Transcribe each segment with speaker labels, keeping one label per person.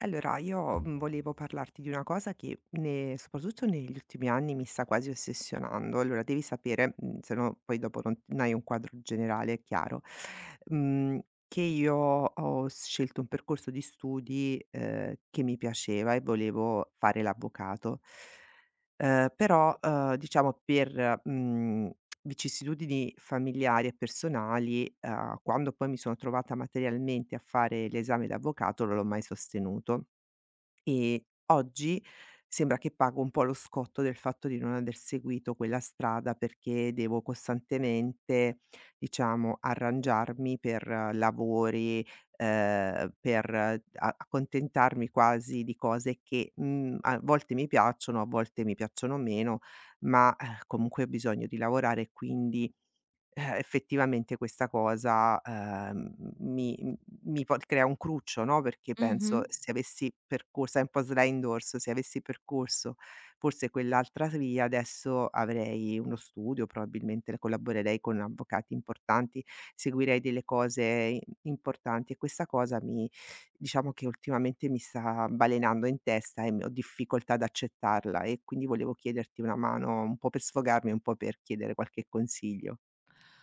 Speaker 1: Allora, io, volevo parlarti di una cosa che ne soprattutto negli ultimi anni mi sta quasi ossessionando. Allora, devi sapere, se no poi dopo non hai un quadro generale chiaro, mhmm, che io ho scelto un percorso di studi, che mi piaceva e volevo fare l'avvocato. Però, diciamo per, vicissitudini familiari e personali, quando poi mi sono trovata materialmente a fare l'esame d'avvocato non l'ho mai sostenuto. E oggi sembra che pago un po' lo scotto del fatto di non aver seguito quella strada perché devo costantemente, diciamo, arrangiarmi per lavori, per a accontentarmi quasi di cose che, a volte mi piacciono, a volte mi piacciono meno, ma, comunque ho bisogno di lavorare e quindi effettivamente questa cosa, mi m mi po crea un cruccio, no, perché penso
Speaker 2: Mh-mh.
Speaker 1: se avessi percors sempre Sliding Doors, se avessi percorso forse quell'altra via adesso avrei uno studio, probabilmente collaborerei con avvocati importanti, seguirei delle cose i importanti e questa cosa mi diciamo che ultimamente mi sta balenando in testa e m ho difficoltà ad accettarla e quindi volevo chiederti una mano un po' per sfogarmi, un po' per chiedere qualche consiglio.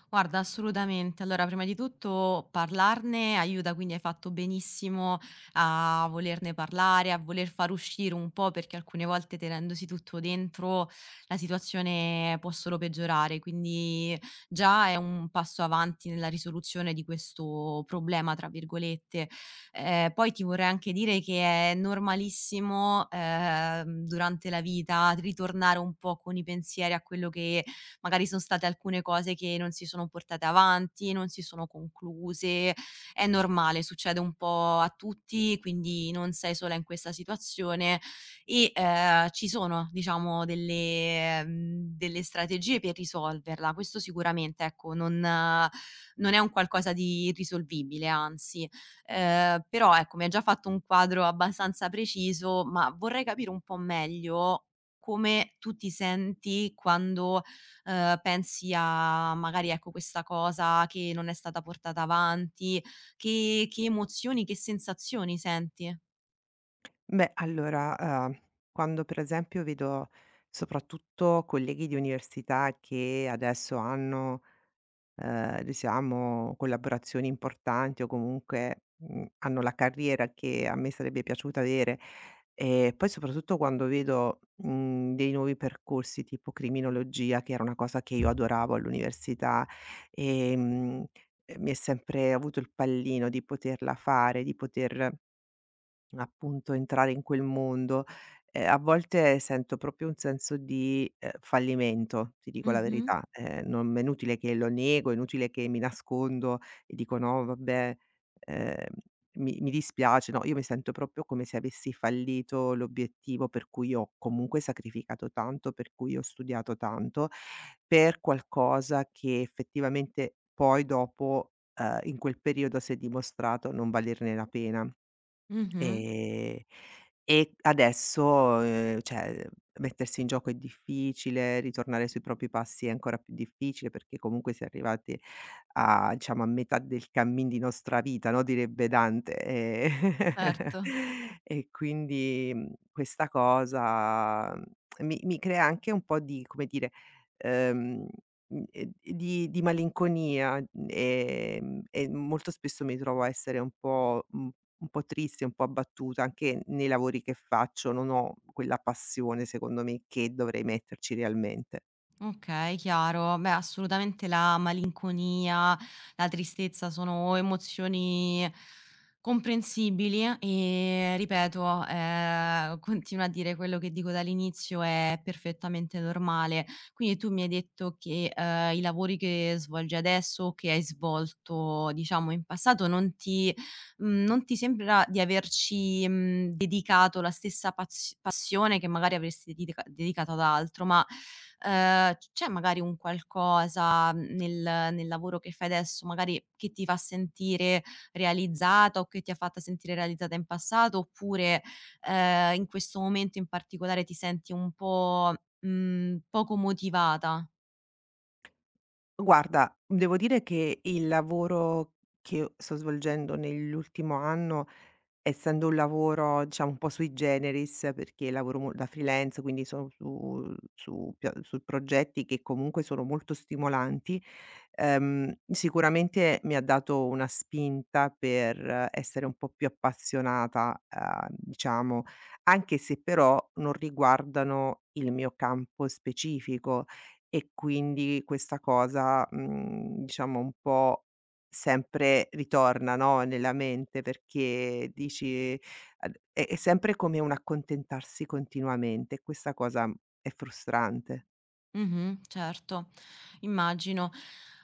Speaker 2: Guarda, assolutamente. Allora, prima di tutto parlarne aiuta, quindi hai fatto benissimo a volerne parlare, a voler far uscire un po', perché alcune volte tenendosi tutto dentro la situazione può solo peggiorare, quindi già è un passo avanti nella risoluzione di questo "problema", tra virgolette. Poi ti vorrei anche dire che è normalissimo, durante la vita ritornare un po' con i pensieri a quello che magari son state alcune cose che non si sono portate avanti, non si sono concluse. È normale, succede un po' a tutti, quindi non sei sola in questa situazione e, ci sono diciamo delle delle strategie per risolverla. Questo sicuramente, ecco, non è un qualcosa di irrisolvibile, anzi. Però ecco, mi hai già fatto un quadro abbastanza preciso, ma vorrei capire un po' meglio come tu ti senti quando pensi a magari, ecco, questa cosa che non è stata portata avanti, che emozioni, che sensazioni senti?
Speaker 1: Beh, allora, quando per esempio vedo soprattutto colleghi di università che adesso hanno, diciamo collaborazioni importanti o comunque, hanno la carriera che a me sarebbe piaciuta avere, e poi soprattutto quando vedo, dei nuovi percorsi tipo criminologia, che era una cosa che io adoravo all'università, ehm, e mi è sempre avuto il pallino di poterla fare, di poter appunto, entrare in quel mondo. A volte sento proprio un senso di, fallimento, ti dico la
Speaker 2: Mh-mh,
Speaker 1: verità. Non è inutile che lo nego, è inutile che mi nascondo e dico: "No vabbè, ehm, mi dispiace." No, io mi sento proprio come se avessi fallito l'obiettivo per cui ho comunque sacrificato tanto, per cui ho studiato tanto, per qualcosa che effettivamente poi dopo, in quel periodo si è dimostrato non valerne la pena.
Speaker 2: mh-mh,
Speaker 1: Ehm, e adesso, cioè mettersi in gioco è difficile, ritornare sui propri passi è ancora più difficile, perché comunque si è arrivati a diciamo a metà del cammin di nostra vita, no, direbbe Dante,
Speaker 2: certo.
Speaker 1: e quindi, questa cosa, mi crea anche un po' di, come dire, ehm, di malinconia, e molto spesso mi trovo a essere un po', mhmm un po' triste, un po' abbattuta, anche nei lavori che faccio non ho quella passione secondo me che dovrei metterci realmente.
Speaker 2: Okay, chiaro. Beh, assolutamente la malinconia, la tristezza sono emozioni comprensibili e ripeto, continuo a dire quello che dico dall'inizio, è perfettamente normale. Quindi tu mi hai detto che, i lavori che svolgi adesso o che hai svolto, diciamo, in passato non ti, non ti sembra di averci, dedicato la stessa paz passione che magari avresti dedicato ad altro, ma, c'è magari un qualcosa, nel nel lavoro che fai adesso, magari che ti fa sentire realizzata o che ti ha fatta sentire realizzata in passato, oppure, in questo momento in particolare ti senti un po', poco motivata?
Speaker 1: Guarda, devo dire che il lavoro che sto svolgendo nell'ultimo anno, essendo un lavoro, diciamo, un po' sui generis, perché lavoro mo da freelance, quindi sono su progetti che comunque sono molto stimolanti, sicuramente mi ha dato una spinta per essere un po' più appassionata, diciamo, anche se però non riguardano il mio campo specifico e quindi questa cosa, diciamo un po' sempre ritorna, no, nella mente perché dici ad è sempre come un accontentarsi continuamente e questa cosa, è frustrante.
Speaker 2: Mh-mh, certo, immagino.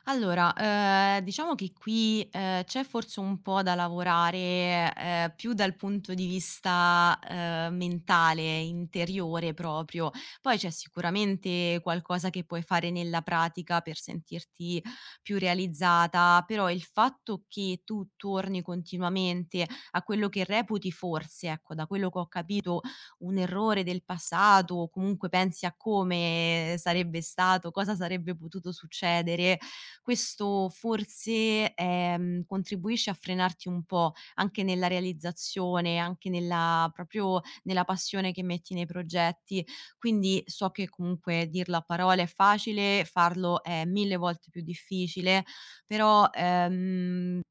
Speaker 2: Allora, diciamo che qui, c'è forse un po' da lavorare, più dal punto di vista, mentale, interiore proprio. Poi c'è sicuramente qualcosa che puoi fare nella pratica per sentirti più realizzata, però il fatto che tu torni continuamente a quello che reputi forse, ecco, da quello che ho capito, un errore del passato o comunque pensi a come sarebbe stato, cosa sarebbe potuto succedere, questo forse, contribuisce a frenarti un po' anche nella realizzazione, anche nella proprio nella passione che metti nei progetti. Quindi so che comunque dirlo a parole è facile, farlo è 1000 volte più difficile, però,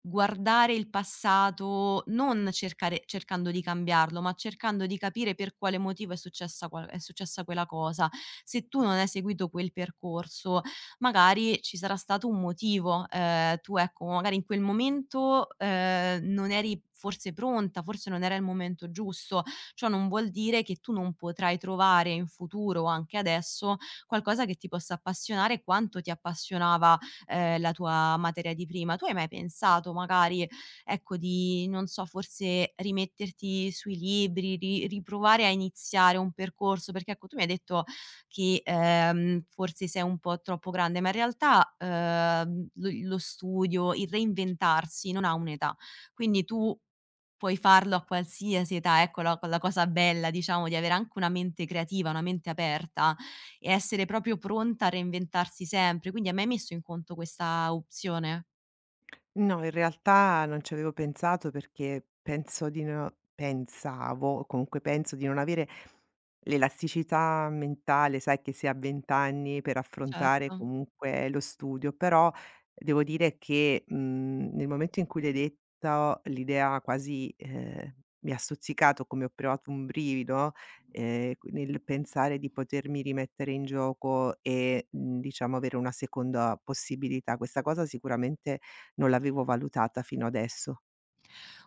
Speaker 2: guardare il passato, non cercare cercando di cambiarlo, ma cercando di capire per quale motivo è successa quella cosa. Se tu non hai seguito quel percorso, magari ci sarà stato un motivo. Tu ecco, magari in quel momento, non eri forse pronta, forse non era il momento giusto. Ciò non vuol dire che tu non potrai trovare in futuro o anche adesso, qualcosa che ti possa appassionare quanto ti appassionava la tua materia di prima. Tu hai mai pensato magari, ecco, di non so, forse rimetterti sui libri, ri riprovare a iniziare un percorso? Perché ecco, tu mi hai detto che, forse sei un po' troppo grande, ma in realtà, lo studio, il reinventarsi non ha un'età. Quindi tu puoi farlo a qualsiasi età, ecco la cosa bella, diciamo, di avere anche una mente creativa, una mente aperta e essere proprio pronta a reinventarsi sempre. Quindi a me hai mai messo in conto questa opzione?
Speaker 1: No, in realtà non ci avevo pensato perché penso di no pensavo, o comunque penso di non avere l'elasticità mentale, sai, che si ha a 20 anni per affrontare
Speaker 2: Certo.
Speaker 1: comunque lo studio, però devo dire che, nel momento in cui l'hai detta l'idea quasi, mi ha stuzzicato, come ho provato un brivido, q nel pensare di potermi rimettere in gioco e, diciamo avere una seconda possibilità. Questa cosa sicuramente non l'avevo valutata fino adesso.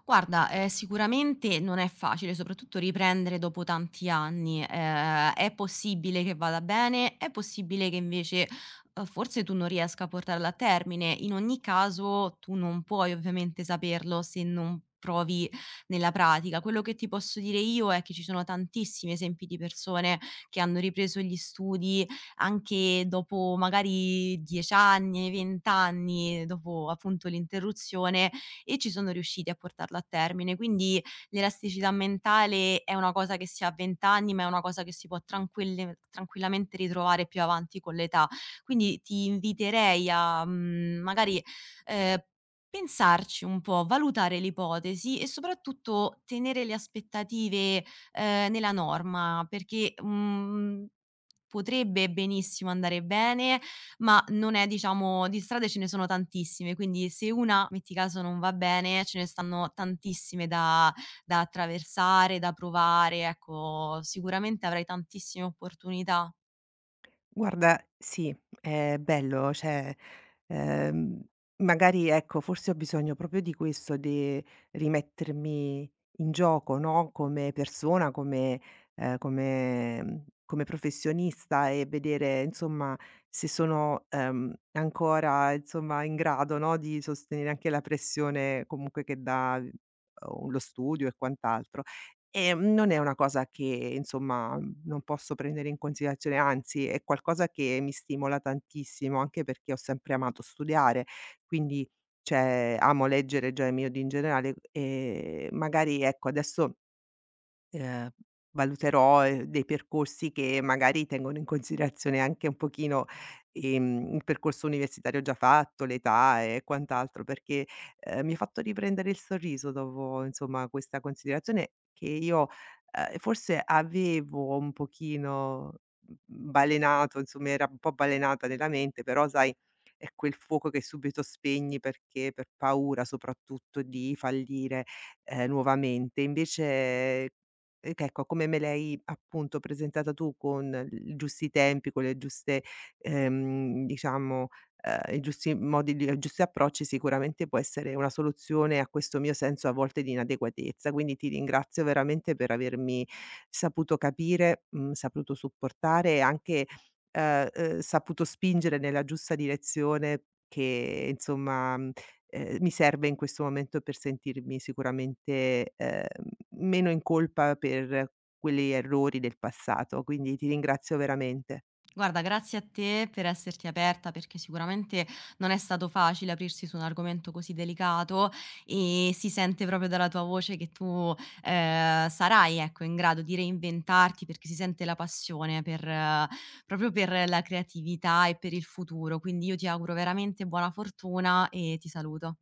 Speaker 2: Guarda, sicuramente non è facile, soprattutto riprendere dopo tanti anni. È possibile che vada bene, è possibile che invece, forse tu non riesca a portarla a termine. In ogni caso tu non puoi ovviamente saperlo se non provi nella pratica. Quello che ti posso dire io è che ci sono tantissimi esempi di persone che hanno ripreso gli studi anche dopo magari 10 anni, 20 anni, dopo appunto l'interruzione e ci sono riusciti a portarlo a termine. Quindi l'elasticità mentale è una cosa che si ha a 20 anni, ma è una cosa che si può tranquille tranquillamente ritrovare più avanti con l'età. Quindi ti inviterei a, magari, ehm, pensarci un po', valutare l'ipotesi e soprattutto tenere le aspettative, nella norma perché, potrebbe benissimo andare bene, ma non è diciamo di strade ce ne sono tantissime, quindi se una, metti caso, non va bene, ce ne stanno tantissime da da attraversare, da provare, ecco, sicuramente avrai tantissime opportunità.
Speaker 1: Guarda, sì, è bello, cioè, ehm, magari ecco, forse ho bisogno proprio di questo, di rimettermi in gioco, no, come persona, come come come professionista e vedere insomma se sono, ancora insomma in grado, no, di sostenere anche la pressione comunque che dà, lo studio e quant'altro. Non è una cosa che insomma, non posso prendere in considerazione, anzi è qualcosa che mi stimola tantissimo, anche perché ho sempre amato studiare, quindi cioè amo leggere già i miei in generale, magari ecco adesso Ehm, valuterò, dei percorsi che magari tengono in considerazione anche un pochino, il percorso universitario già fatto, l'età e quant'altro, perché, mi ha fatto riprendere il sorriso dopo, insomma, questa considerazione che io, forse avevo un pochino b balenato, insomma era un po' balenata nella mente, però sai è quel fuoco che subito spegni perché per paura soprattutto di fallire, nuovamente. Invece e che ecco, come me l'hai appunto presentata tu con i giusti tempi, con le giuste diciamo, i giusti modi di i giusti approcci, sicuramente può essere una soluzione a questo mio senso a volte di inadeguatezza. Quindi ti ringrazio veramente per avermi saputo capire, saputo supportare e anche, saputo spingere nella giusta direzione che insomma mi serve in questo momento per sentirmi sicuramente, meno in colpa per quegli errori del passato, quindi ti ringrazio veramente.
Speaker 2: Guarda, grazie a te per esserti aperta perché sicuramente non è stato facile aprirsi su un argomento così delicato e si sente proprio dalla tua voce che tu sarai ecco, in grado di reinventarti perché si sente la passione per, proprio per la creatività e per il futuro. Quindi io ti auguro veramente buona fortuna e ti saluto.